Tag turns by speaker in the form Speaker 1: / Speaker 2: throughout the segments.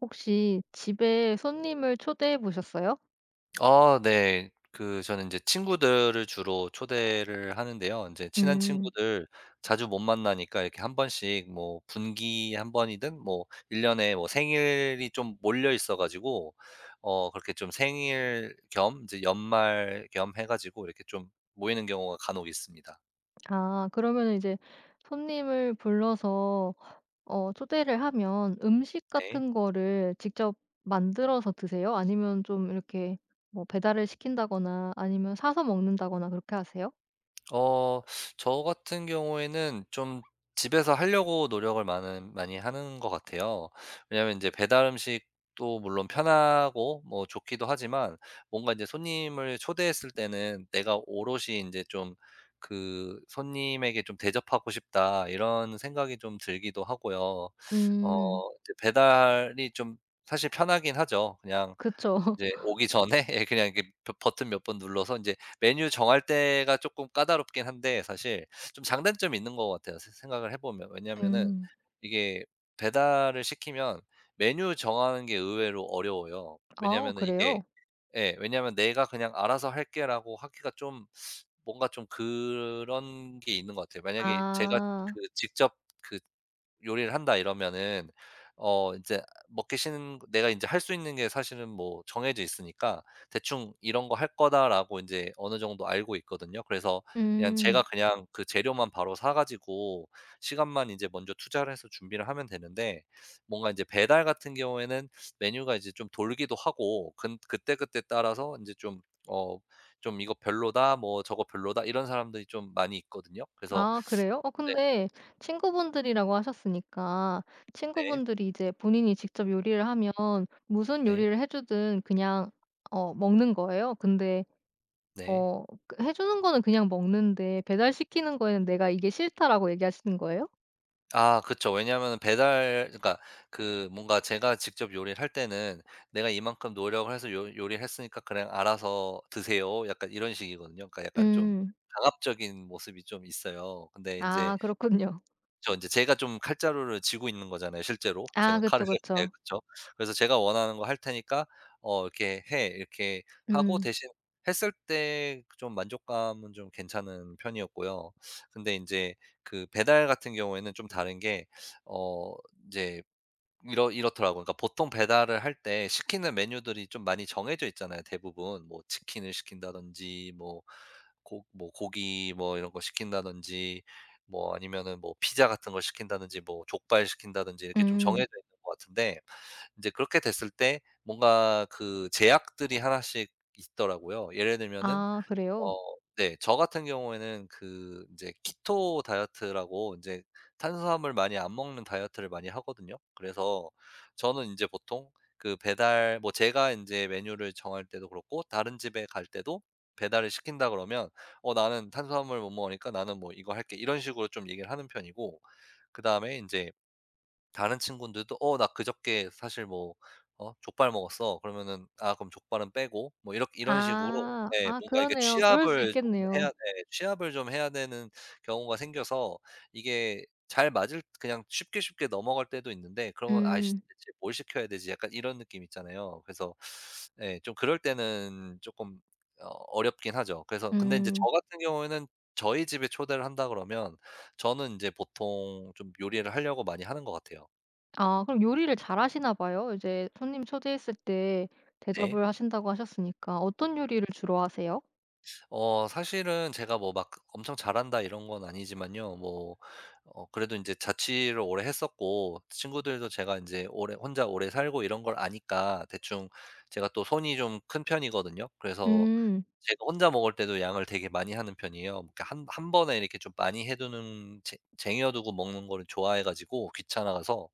Speaker 1: 혹시 집에 손님을 초대해 보셨어요?
Speaker 2: 아 네. 그 저는 이제 친구들을 주로 초대를 하는데요. 이제 친한
Speaker 1: 음.
Speaker 2: 친구들 자주 못 만나니까 이렇게 한 번씩 뭐 분기 한 번이든 뭐 1 년에 뭐 생일이 좀 몰려 있어 가지고 그렇게 좀 생일 겸 이제 연말 겸 해 가지고 이렇게 좀 모이는 경우가 간혹 있습니다.
Speaker 1: 아 그러면 이제 손님을 불러서 초대를 하면 음식
Speaker 2: 네.
Speaker 1: 같은 거를 직접 만들어서 드세요? 아니면 좀 이렇게 뭐 배달을 시킨다거나 아니면 사서 먹는다거나 그렇게 하세요?
Speaker 2: 어 저 같은 경우에는 좀 집에서 하려고 노력을 많은 많이 하는 것 같아요. 왜냐면 이제 배달 음식도 물론 편하고 뭐 좋기도 하지만, 뭔가 이제 손님을 초대했을 때는 '내가 오롯이 이제 좀 그 손님에게 좀 대접하고 싶다.' 이런 생각이 좀 들기도 하고요. 어
Speaker 1: 음.
Speaker 2: 이제 배달이 좀 사실 편하긴 하죠. 그냥 이
Speaker 1: 그쵸.
Speaker 2: 제 오기 전에 예, 그냥 이렇게 버 버튼 몇 번 눌러서 인제 메뉴 정할 때가 쪼끔 까다롭긴 한데, 사실 좀 장단점이 있는 것 같아요, 세 생각을 해 보면. 왜냐면은
Speaker 1: 음.
Speaker 2: 이게 배달을 시키면 메뉴 정하는 게 의외로 어려워요.
Speaker 1: 아
Speaker 2: 왜냐면은 이게,
Speaker 1: 그래요?
Speaker 2: 예, 왜냐면 "내가 그냥 알아서 할게."라고 하기가 좀 뭔가 좀 그런 게 있는 것 같아요. 만약에 제가
Speaker 1: 아.
Speaker 2: 그 직접 그 요리를 한다 이러면은, 이제 먹기 싫은 내가 인제 할 수 있는 게 사실은 뭐 정해져 있으니까 대충 '이런 거 할 거다.'라고 인제 어느 정도 알고 있거든요. 그래서 그냥 제가
Speaker 1: 음.
Speaker 2: 그냥 그 재료만 바로 사 가지고 시간만 인제 먼저 투자를 해서 준비를 하면 되는데, 뭔가 인제 배달 같은 경우에는 메뉴가 이제 좀 돌기도 하고 근 그때그때 따라서 인제 좀, 어 좀 "이거 별로다." 뭐 "저거 별로다." 이런 사람들이 좀 많이 있거든요. 그래서,
Speaker 1: 아 그래요? 어
Speaker 2: 네,
Speaker 1: 근데 친구분들이라고 하셨으니까
Speaker 2: 네.
Speaker 1: 친구분들이 이제 본인이 직접 요리를 하면 무슨
Speaker 2: 네.
Speaker 1: 요리를 해 주든 그냥 먹는 거예요? 근데
Speaker 2: 네.
Speaker 1: 그 해 주는 거는 그냥 먹는데 배달시키는 거에는 "내가 이게 싫다."라고 얘기하시는 거예요?
Speaker 2: 아, 그쵸. 왜냐하면은 배달, 그러니까 그 뭔가 제가 직접 요리를 할 때는 '내가 이만큼 노력을 해서 요 요리를 했으니까 그냥 알아서 드세요.' 약간 이런 식이거든요. 그러니까 약간 좀
Speaker 1: 음.
Speaker 2: 강압적인 모습이 좀 있어요. 근데 이제,
Speaker 1: 아 그렇군요.
Speaker 2: 그쵸. 제 제가 좀 칼자루를 쥐고 있는 거잖아요, 실제로. 제가
Speaker 1: 아
Speaker 2: 칼을,
Speaker 1: 그쵸,
Speaker 2: 예.
Speaker 1: 그쵸.
Speaker 2: 그쵸. 그래서 "제가 원하는 거 할 테니까 이렇게 해." 이렇게 하고,
Speaker 1: 음.
Speaker 2: 대신 했을 때 좀 만족감은 좀 괜찮은 편이었고요. 근데 인제 그 배달 같은 경우에는 좀 다른 게, 어 인제 이렇더라고요. 그러니까 보통 배달을 할 때 시키는 메뉴들이 좀 많이 정해져 있잖아요, 대부분. 뭐 치킨을 시킨다든지, 뭐 고 뭐 고기 뭐 이런 거 시킨다든지, 뭐 아니면은 뭐 피자 같은 걸 시킨다든지, 뭐 족발 시킨다든지, 이렇게 좀
Speaker 1: 음.
Speaker 2: 정해져 있는 것 같은데, 인제 그렇게 됐을 때 뭔가 그 제약들이 하나씩 있더라고요. 예를 들면은,
Speaker 1: 아 그래요?
Speaker 2: 네. 저 같은 경우에는 그 인제 키토 다이어트라고, 인제 탄수화물 많이 안 먹는 다이어트를 많이 하거든요. 그래서 저는 인제 보통 그 배달, 뭐 제가 인제 메뉴를 정할 때도 그렇고 다른 집에 갈 때도 배달을 시킨다 그러면 나는 탄수화물 못 먹으니까 나는 뭐 이거 할게." 이런 식으로 좀 얘기를 하는 편이고, 그다음에 인제 다른 친구들도 나 그저께 사실 뭐 족발 먹었어." 그러면은 "아, 그럼 족발은 빼고." 뭐 이렇 이런 식으로
Speaker 1: 아.
Speaker 2: 예,
Speaker 1: 아
Speaker 2: 뭔가 이게
Speaker 1: 그러네요. 그럴 수
Speaker 2: 취합을 좀
Speaker 1: 있겠네요.
Speaker 2: 해야 돼. 취합을 좀 해야 되는 경우가 생겨서 이게 잘 맞을, 그냥 쉽게 쉽게 넘어갈 때도 있는데, 그러면 '아이씨
Speaker 1: 음.
Speaker 2: 대체 뭘 시켜야 되지?' 약간 이런 느낌 있잖아요. 그래서 예, 좀 그럴 때는 조금 어렵긴 하죠. 그래서 근데 이제
Speaker 1: 음.
Speaker 2: 저 같은 경우에는 저희 집에 초대를 한다 그러면, 저는 이제 보통 좀 요리를 하려고 많이 하는 것 같아요.
Speaker 1: 아 그럼 요리를 잘하시나 봐요. 이제 손님 초대했을 때
Speaker 2: 네.
Speaker 1: 대접을 하신다고 하셨으니까 어떤 요리를 주로 하세요?
Speaker 2: 사실은 제가 뭐 막 엄청 잘한다 이런 건 아니지만요. 뭐 그래도 이제 자취를 오래 했었고, 친구들도 제가 이제 오래 혼자 오래 살고 이런 걸 아니까 대충, 제가 또 손이 좀 큰 편이거든요. 그래서
Speaker 1: 음.
Speaker 2: 제가 혼자 먹을 때도 양을 되게 많이 하는 편이에요. 그러니까 한 한 번에 이렇게 좀 많이 해 두는, 쟁 쟁여 두고 먹는 거를 좋아해 가지고, 귀찮아서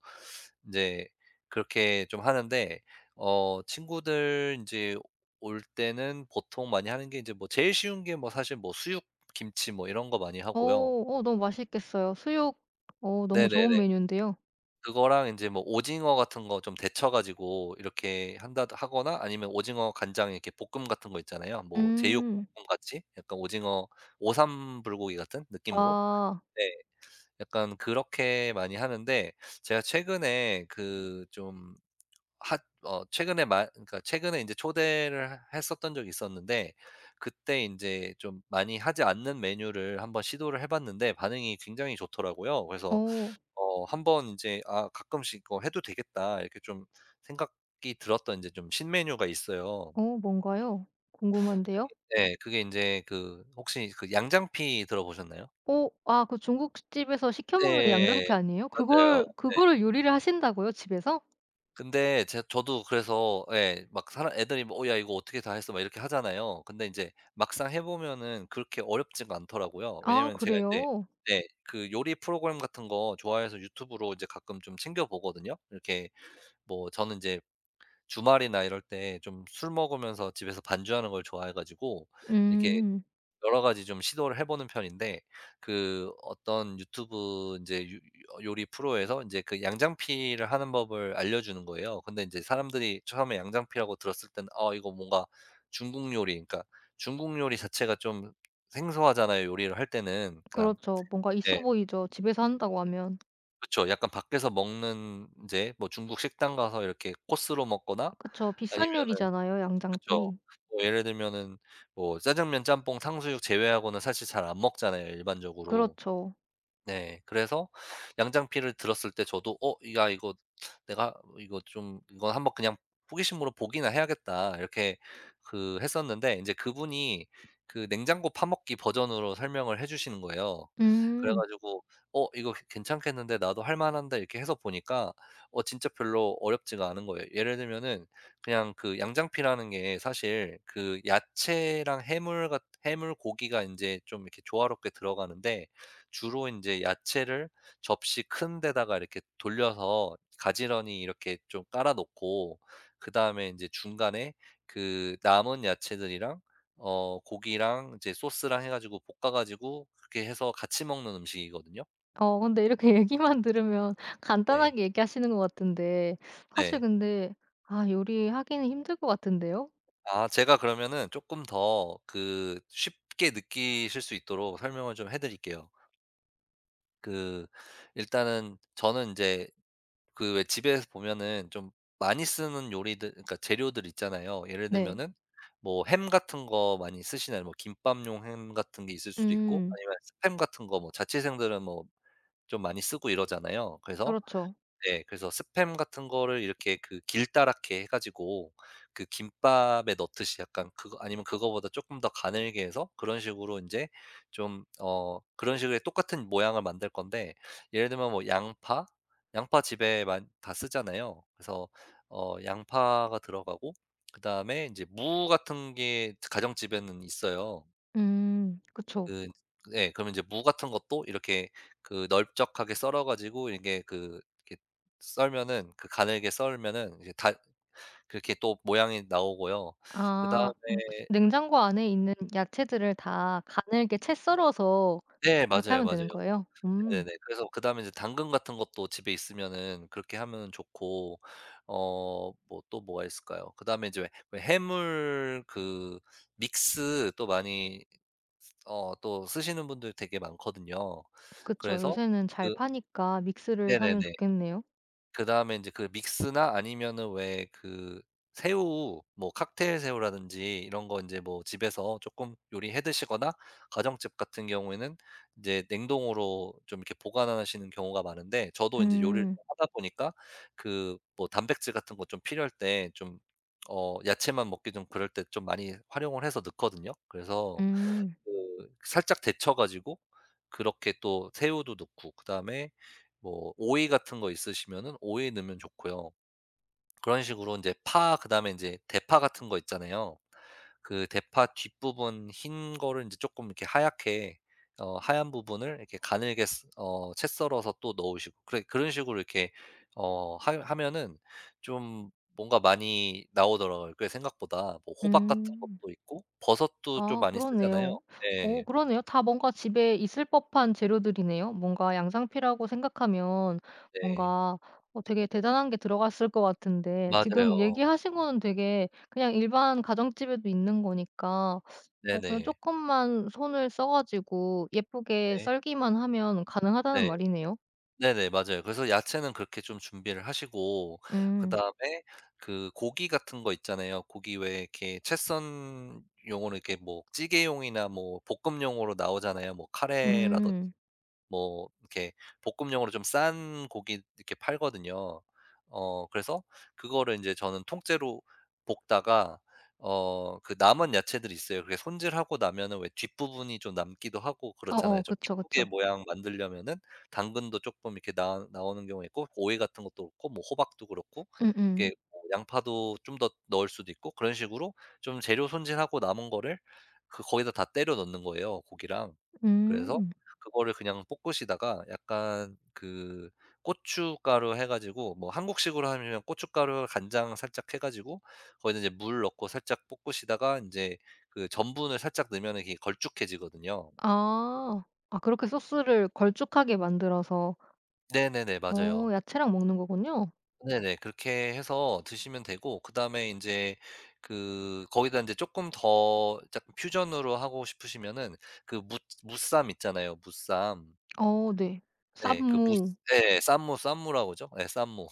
Speaker 2: 이제 그렇게 좀 하는데, 친구들 이제 올 때는 보통 많이 하는 게 이제 뭐 제일 쉬운 게 뭐 사실 뭐 수육 김치 뭐 이런 거 많이
Speaker 1: 어
Speaker 2: 하고요.
Speaker 1: 너무 맛있겠어요. 수육 너무
Speaker 2: 네네네.
Speaker 1: 좋은 메뉴인데요.
Speaker 2: 그거랑 인제 뭐 오징어 같은 거 좀 데쳐 가지고 이렇게 한다 하거나, 아니면 오징어 간장에 이렇게 볶음 같은 거 있잖아요. 뭐 제육
Speaker 1: 음.
Speaker 2: 볶음 같이 약간 오징어 오삼 불고기 같은 느낌으로.
Speaker 1: 아.
Speaker 2: 네. 약간 그렇게 많이 하는데, 제가 최근에 그 좀 핫 어 최근에 마 그러니까 최근에 인제 초대를 했었던 적이 있었는데, 그때 인제 좀 많이 하지 않는 메뉴를 한번 시도를 해 봤는데 반응이 굉장히 좋더라고요. 그래서
Speaker 1: 어.
Speaker 2: 한번 인제 '아, 가끔씩 이거 해도 되겠다.' 이렇게 좀 생각이 들었던 인제 좀 신메뉴가 있어요.
Speaker 1: 어 뭔가요? 궁금한데요.
Speaker 2: 예. 그게 인제 그, 혹시 그 양장피 들어보셨나요?
Speaker 1: 어 아 그 중국집에서 시켜 먹는 양장피
Speaker 2: 예예예.
Speaker 1: 아니에요?
Speaker 2: 맞아요.
Speaker 1: 그걸
Speaker 2: 네.
Speaker 1: 그거를 요리를 하신다고요, 집에서?
Speaker 2: 근데 제 저도 그래서, 예, 막 사람 애들이 뭐 야, 이거 어떻게 다 했어?" 막 이렇게 하잖아요. 근데 인제 막상 해 보면은 그렇게 어렵지가 않더라고요.
Speaker 1: 아
Speaker 2: 왜냐면 제가 인제,
Speaker 1: 그래요?
Speaker 2: 네, 그 요리 프로그램 같은 거 좋아해서 유튜브로 이제 가끔 좀 챙겨 보거든요. 이렇게 뭐 저는 인제 주말이나 이럴 때 좀 술 먹으면서 집에서 반주하는 걸 좋아해 가지고, 이렇게
Speaker 1: 음.
Speaker 2: 여러 가지 좀 시도를 해 보는 편인데, 그 어떤 유튜브 이제요 요리 프로에서 이제 그 양장피를 하는 법을 알려주는 거예요. 근데 이제 사람들이 처음에 양장피라고 들었을 땐 '어, 이거 뭔가 중국 요리.' 그러니까 중국 요리 자체가 좀 생소하잖아요, 요리를 할 때는. 그러니까
Speaker 1: 그렇죠. 뭔가
Speaker 2: 예,
Speaker 1: 있어 보이죠, 집에서 한다고 하면.
Speaker 2: 그쵸. 약간 밖에서 먹는 이제 뭐 중국 식당 가서 이렇게 코스로 먹거나
Speaker 1: 그쵸.
Speaker 2: 아니면,
Speaker 1: 비싼 요리잖아요,
Speaker 2: 그쵸.
Speaker 1: 양장피.
Speaker 2: 뭐 예를 들면은 뭐 짜장면, 짬뽕, 탕수육 제외하고는 사실 잘 안 먹잖아요, 일반적으로.
Speaker 1: 그렇죠.
Speaker 2: 네. 그래서 양장피를 들었을 때 저도 '어, 야 이거 내가 이거 좀, 이건 한번 그냥 호기심으로 보기나 해야겠다.' 이렇게 그 했었는데, 인제 그분이 그 냉장고 파먹기 버전으로 설명을 해 주시는 거예요. 그래
Speaker 1: 음.
Speaker 2: 가지고 '어, 이거 괜 괜찮겠는데 나도 할 만한데.' 이렇게 해서 보니까 진짜 별로 어렵지가 않은 거예요. 예를 들면은, 그냥 그 양장피라는 게 사실 그 야채랑 해물 고기가 인제 좀 이렇게 조화롭게 들어가는데, 주로 인제 야채를 접시 큰 데다가 이렇게 돌려서 가지런히 이렇게 좀 깔아 놓고, 그다음에 인제 중간에 그 남은 야채들이랑 고기랑 이제 소스랑 해 가지고 볶아 가지고, 그렇게 해서 같이 먹는 음식이거든요.
Speaker 1: 어 근데 이렇게 얘기만 들으면
Speaker 2: 네.
Speaker 1: 간단하게 얘기하시는 것 같은데
Speaker 2: 네.
Speaker 1: 사실 근데 아 요리하기는 힘들 것 같은데요?
Speaker 2: 아, 제가 그러면은 쪼끔 더 그 쉽게 느끼실 수 있도록 설명을 좀 해 드릴게요. 그 일단은 저는 인제 그, 왜 집에서 보면은 좀 많이 쓰는 요리들 그러니까 재료들 있잖아요. 예를
Speaker 1: 네.
Speaker 2: 들면은 뭐 햄 같은 거 많이 쓰시나요? 뭐 김밥용 햄 같은 게 있을 수도 있고,
Speaker 1: 음.
Speaker 2: 아니면 스팸 같은 거 뭐 자취생들은 뭐 좀 많이 쓰고 이러잖아요. 그래서,
Speaker 1: 그렇죠.
Speaker 2: 네. 그래서 스팸 같은 거를 이렇게 그 길다랗게 해 가지고, 그 김밥에 넣듯이 약간 그거, 아니면 그거보다 조금 더 가늘게 해서 그런 식으로 이제 좀 그런 식의 똑같은 모양을 만들 건데, 예를 들면 뭐 양파? 양파 집에 많 다 쓰잖아요. 그래서 양파가 들어가고, 그다음에 이제 무 같은 게 가정집에는 있어요.
Speaker 1: 음. 그쵸.
Speaker 2: 그, 예, 그러면 이제 무 같은 것도 이렇게 그 넓적하게 썰어 가지고, 이게 그 이렇게 썰면은, 그 가늘게 썰면은 이제 다 그렇게 또 모양이 나오고요. 그다음에,
Speaker 1: 아 음. 냉장고 안에 있는 야채들을 다 가늘게 채 썰어서
Speaker 2: 네,
Speaker 1: 그렇게
Speaker 2: 맞아요,
Speaker 1: 하면
Speaker 2: 맞아요.
Speaker 1: 되는 거예요? 음.
Speaker 2: 네네네. 그래서 그다음에 이제 당근 같은 것도 집에 있으면은 그렇게 하면 좋고, 뭐 또 뭐가 있을까요? 그다음에 이제 왜 왜 해물 그 믹스 또 많이, 또 쓰시는 분들 되게 많거든요.
Speaker 1: 그쵸.
Speaker 2: 그래서
Speaker 1: 요새는 잘
Speaker 2: 그,
Speaker 1: 파니까 믹스를 사면
Speaker 2: 네네네.
Speaker 1: 좋겠네요.
Speaker 2: 그다음에 인제 그 믹스나 아니면은 왜 그 새우 뭐 칵테일 새우라든지 이런 거, 인제 뭐 집에서 쪼끔 요리해 드시거나 가정집 같은 경우에는 인제 냉동으로 좀 이렇게 보관하시는 경우가 많은데, 저도 인제 요리를
Speaker 1: 음.
Speaker 2: 좀 하다 보니까 그 뭐 단백질 같은 거 좀 필요할 때 좀 야채만 먹기 좀 그럴 때 좀 많이 활용을 해서 넣거든요. 그래서
Speaker 1: 음.
Speaker 2: 그 살짝 데쳐 가지고 그렇게 또 새우도 넣고, 그다음에 뭐 오이 같은 거 있으시면은 오이 넣으면 좋고요. 그런 식으로 인제 파, 그다음에 인제 대파 같은 거 있잖아요. 그 대파 뒷부분 흰 거를 인제 쪼끔 이렇게 하얗게, 하얀 부분을 이렇게 가늘게 스 어 채 썰어서 또 넣으시고, 그래 그런 식으로 이렇게 어 하 하면은 좀 뭔가 많이 나오더라고요. 꽤 생각보다. 뭐 호박 같은
Speaker 1: 음.
Speaker 2: 것도 있고, 버섯도 좀
Speaker 1: 아
Speaker 2: 많이 쓰잖아요.
Speaker 1: 그러네요. 오,
Speaker 2: 예.
Speaker 1: 그러네요. 다 뭔가 집에 있을 법한 재료들이네요. 뭔가 양상피라고 생각하면
Speaker 2: 네.
Speaker 1: 뭔가 되게 대단한 게 들어갔을 것 같은데 지금
Speaker 2: 맞아요.
Speaker 1: 얘기하신 거는 되게 그냥 일반 가정집에도 있는 거니까 그냥 조
Speaker 2: 네네.
Speaker 1: 금만 손을 써 가지고 예쁘게
Speaker 2: 네,
Speaker 1: 썰기만 하면 가능하다는
Speaker 2: 네.
Speaker 1: 말이네요.
Speaker 2: 네네. 맞아요. 그래서 야채는 그렇게 좀 준비를 하시고,
Speaker 1: 음.
Speaker 2: 그다음에 그 고기 같은 거 있잖아요. 고기 왜 이렇게 채썬 용으로 이렇게 뭐 찌개용이나 뭐 볶음용으로 나오잖아요. 뭐 카레라든지.
Speaker 1: 음.
Speaker 2: 뭐 이렇게 볶음용으로 좀 싼 고기 이렇게 팔거든요. 그래서 그거를 인제 저는 통째로 볶다가 그 남은 야채들이 있어요. 그게 손질하고 나면은 왜 뒷부분이 좀 남기도 하고 그렇잖아요.
Speaker 1: 어어.
Speaker 2: 좀
Speaker 1: 그쵸,
Speaker 2: 이쁘게
Speaker 1: 그쵸.
Speaker 2: 모양 만들려면은 당근도 쪼끔 이렇게 나 나오는 경우가 있고, 오이 같은 것도 그렇고, 뭐 호박도 그렇고,
Speaker 1: 음음.
Speaker 2: 이렇게 뭐 양파도 좀 더 넣을 수도 있고, 그런 식으로 좀 재료 손질하고 남은 거를 그 거기다 다 때려 넣는 거예요, 고기랑.
Speaker 1: 음.
Speaker 2: 그래서
Speaker 1: 음.
Speaker 2: 그거를 그냥 볶으시다가 약간 그 고춧가루 해 가지고, 뭐 한국식으로 하면 고춧가루 간장 살짝 해 가지고 거기다 이제 물 넣고 살짝 볶으시다가, 이제 그 전분을 살짝 넣으면 이게 걸쭉해지거든요.
Speaker 1: 아. 아 그렇게 소스를 걸쭉하게 만들어서
Speaker 2: 네네네.
Speaker 1: 어
Speaker 2: 맞아요.
Speaker 1: 야채랑 먹는 거군요.
Speaker 2: 네네. 그렇게 해서 드시면 되고, 그다음에 이제 그 거기다 이제 조금 더 약간 퓨전으로 하고 싶으시면은, 그 무 무쌈 있잖아요, 무쌈.
Speaker 1: 어 네.
Speaker 2: 네. 그 무
Speaker 1: 쌈무.
Speaker 2: 네, 쌈무, 쌈무라고 그러죠. 네, 쌈무.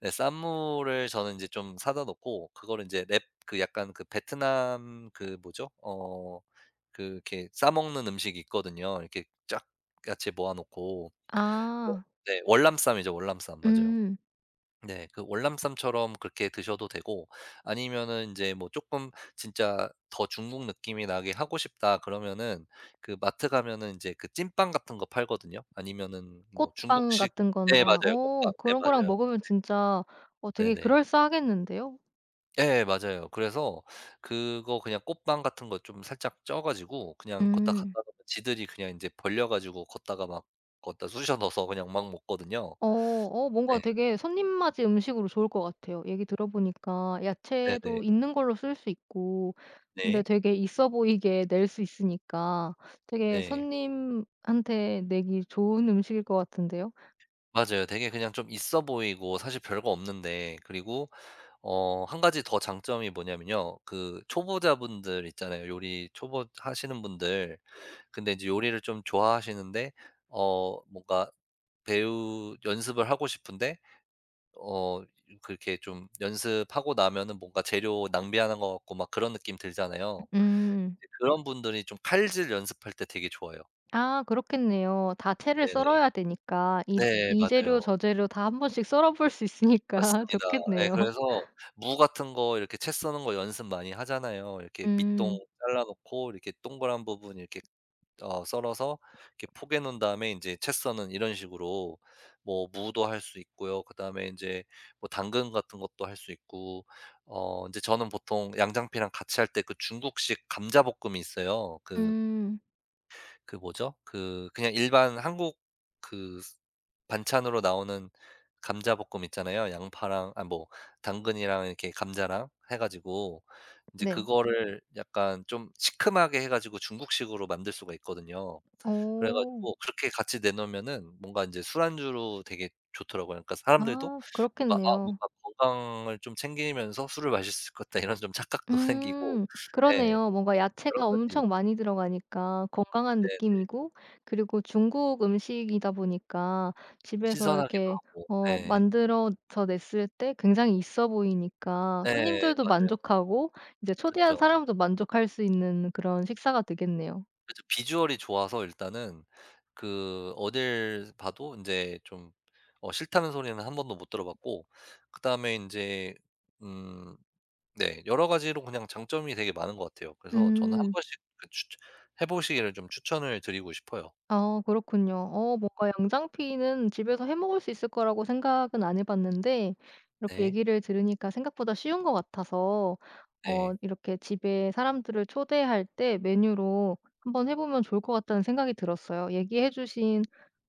Speaker 2: 네, 쌈무를 저는 이제 좀 사다 놓고 그거를 이제 랩, 그 약간 그 베트남 그 뭐죠? 어, 그 이렇게 싸 먹는 음식이 있거든요. 이렇게 쫙 같이 모아 놓고,
Speaker 1: 아
Speaker 2: 네, 월남쌈이죠. 월남쌈. 맞아요.
Speaker 1: 음.
Speaker 2: 네. 그 월남쌈처럼 그렇게 드셔도 되고, 아니면은 이제 뭐 조금 진짜 더 중국 느낌이 나게 하고 싶다 그러면은, 그 마트 가면은 이제 그 찐빵 같은 거 팔거든요. 아니면은 뭐
Speaker 1: 꽃빵
Speaker 2: 중국식,
Speaker 1: 같은
Speaker 2: 네,
Speaker 1: 거나
Speaker 2: 맞아요. 볶음밥. 네,
Speaker 1: 그런 거랑
Speaker 2: 맞아요.
Speaker 1: 먹으면 진짜 되게
Speaker 2: 네네.
Speaker 1: 그럴싸하겠는데요.
Speaker 2: 예, 맞아요. 그래서 그거 그냥 꽃빵 같은 거 좀 살짝 쪄 가지고, 그냥 걷다
Speaker 1: 음.
Speaker 2: 갔다가 지들이 그냥 인제 벌려 가지고 걷다가 막거다 쑤셔 넣어서 그냥 막 먹거든요.
Speaker 1: 어 뭔가
Speaker 2: 네.
Speaker 1: 되게 손님 맞이 음식으로 좋을 것 같아요. 얘기 들어 보니까
Speaker 2: 네네.
Speaker 1: 야채도 있는 걸로 쓸 수 있고 근데
Speaker 2: 네.
Speaker 1: 되게 있어 보이게 낼 수 있으니까 되게
Speaker 2: 네.
Speaker 1: 손님한테 내기 좋은 음식일 것 같은데요.
Speaker 2: 맞아요. 되게 그냥 좀 있어 보이고 사실 별거 없는데. 그리고 한 가지 더 장점이 뭐냐면요, 그 초보자분들 있잖아요. 요리 초보 하시는 분들. 근데 인제 요리를 좀 좋아하시는데 뭔가 배우 연습을 하고 싶은데, 어 그렇게 좀 연습하고 나면은 뭔가 재료 낭비하는 것 같고 막 그런 느낌 들잖아요.
Speaker 1: 음.
Speaker 2: 그런 분들이 좀 칼질 연습할 때 되게 좋아요.
Speaker 1: 아 그렇겠네요. 다 채를
Speaker 2: 네네.
Speaker 1: 썰어야 되니까 이
Speaker 2: 네,
Speaker 1: 이 재료
Speaker 2: 맞아요.
Speaker 1: 저 재료 다 한 번씩 썰어 볼 수 있으니까
Speaker 2: 맞습니다. 예,
Speaker 1: 좋겠네요.
Speaker 2: 그래서 무 같은 거 이렇게 채 써는 거 연습 많이 하잖아요. 이렇게 밑동
Speaker 1: 음.
Speaker 2: 잘라 놓고 이렇게 동그란 부분 이렇게 썰어서 이렇게 포개 놓은 다음에 인제 채 써는 이런 식으로, 뭐 무도 할 수 있고요. 그다음에 인제 뭐 당근 같은 것도 할 수 있고, 인제 저는 보통 양장피랑 같이 할 때 그 중국식 감자볶음이 있어요. 그
Speaker 1: 음.
Speaker 2: 그 뭐죠? 그 그냥 일반 한국 그 반찬으로 나오는 감자볶음 있잖아요. 양파랑 아 뭐 당근이랑 이렇게 감자랑 해 가지고 인제
Speaker 1: 네.
Speaker 2: 그거를 약간 좀 시큼하게 해 가지고 중국식으로 만들 수가 있거든요. 그래
Speaker 1: 오.
Speaker 2: 가지고 그렇게 같이 내놓으면은 뭔가 인제 술안주로 되게 좋더라고요. 그러니까 사람들도
Speaker 1: 아
Speaker 2: 뭔가 '아,
Speaker 1: 그렇겠네요.
Speaker 2: 뭔가 건강을 좀 챙기면서 술을 마실 수 있을 것 같다.' 이런 좀 착각도 생기고,
Speaker 1: 음.
Speaker 2: 예
Speaker 1: 그러네요. 뭔가
Speaker 2: 여러
Speaker 1: 야채가
Speaker 2: 가지,
Speaker 1: 엄청 많이 들어가니까 건강한
Speaker 2: 네,
Speaker 1: 느낌이고 그리고 중국 음식이다 보니까 집에서
Speaker 2: 신선하기도
Speaker 1: 이렇게
Speaker 2: 하고, 예.
Speaker 1: 만들어서 냈을 때 굉장히 있어 보이니까
Speaker 2: 네,
Speaker 1: 손님들도
Speaker 2: 맞아요.
Speaker 1: 만족하고 이제 초대한
Speaker 2: 그쵸.
Speaker 1: 사람도 만족할 수 있는 그런 식사가 되겠네요.
Speaker 2: 그쵸. 비주얼이 좋아서 일단은, 그 어딜 봐도 인제 좀 싫다는 소리는 한 번도 못 들어 봤고, 그다음에 인제, 음, 네, 여러 가지로 그냥 장점이 되게 많은 것 같아요. 그래서 저는 한
Speaker 1: 음.
Speaker 2: 번씩 그 추천 해 보시기를 좀 추천을 드리고 싶어요.
Speaker 1: 아 그렇군요. 어 뭔가 양장피는 집에서 해 먹을 수 있을 거라고 생각은 안 해 봤는데 이렇게
Speaker 2: 네.
Speaker 1: 얘기를 들으니까 생각보다 쉬운 것 같아서
Speaker 2: 네.
Speaker 1: 이렇게 집에 사람들을 초대할 때 메뉴로 한번 해 보면 좋을 것 같다는 생각이 들었어요. 얘기해 주신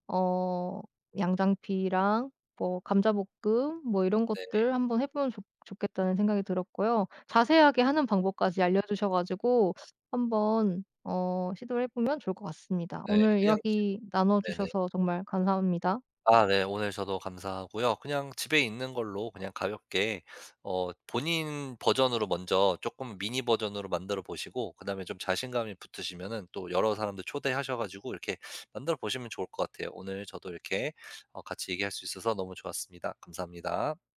Speaker 1: 어 양장피랑 뭐 감자볶음 뭐 이런
Speaker 2: 네.
Speaker 1: 것들 한번 해 보면 좋 좋겠다는 생각이 들었고요. 자세하게 하는 방법까지 알려 주셔 가지고 한번 시도를 해 보면 좋을 것 같습니다.
Speaker 2: 네.
Speaker 1: 오늘
Speaker 2: 그냥 집
Speaker 1: 이야기 나눠
Speaker 2: 네네.
Speaker 1: 주셔서 정말 감사합니다.
Speaker 2: 아, 네. 오늘 저도 감사하고요. 그냥 집에 있는 걸로 그냥 가볍게 본인 버전으로 먼저 조금 미니 버전으로 만들어 보시고, 그다음에 좀 자신감이 붙으시면은 또 여러 사람들 초대하셔 가지고 이렇게 만들어 보시면 좋을 것 같아요. 오늘 저도 이렇게 같이 얘기할 수 있어서 너무 좋았습니다. 감사합니다.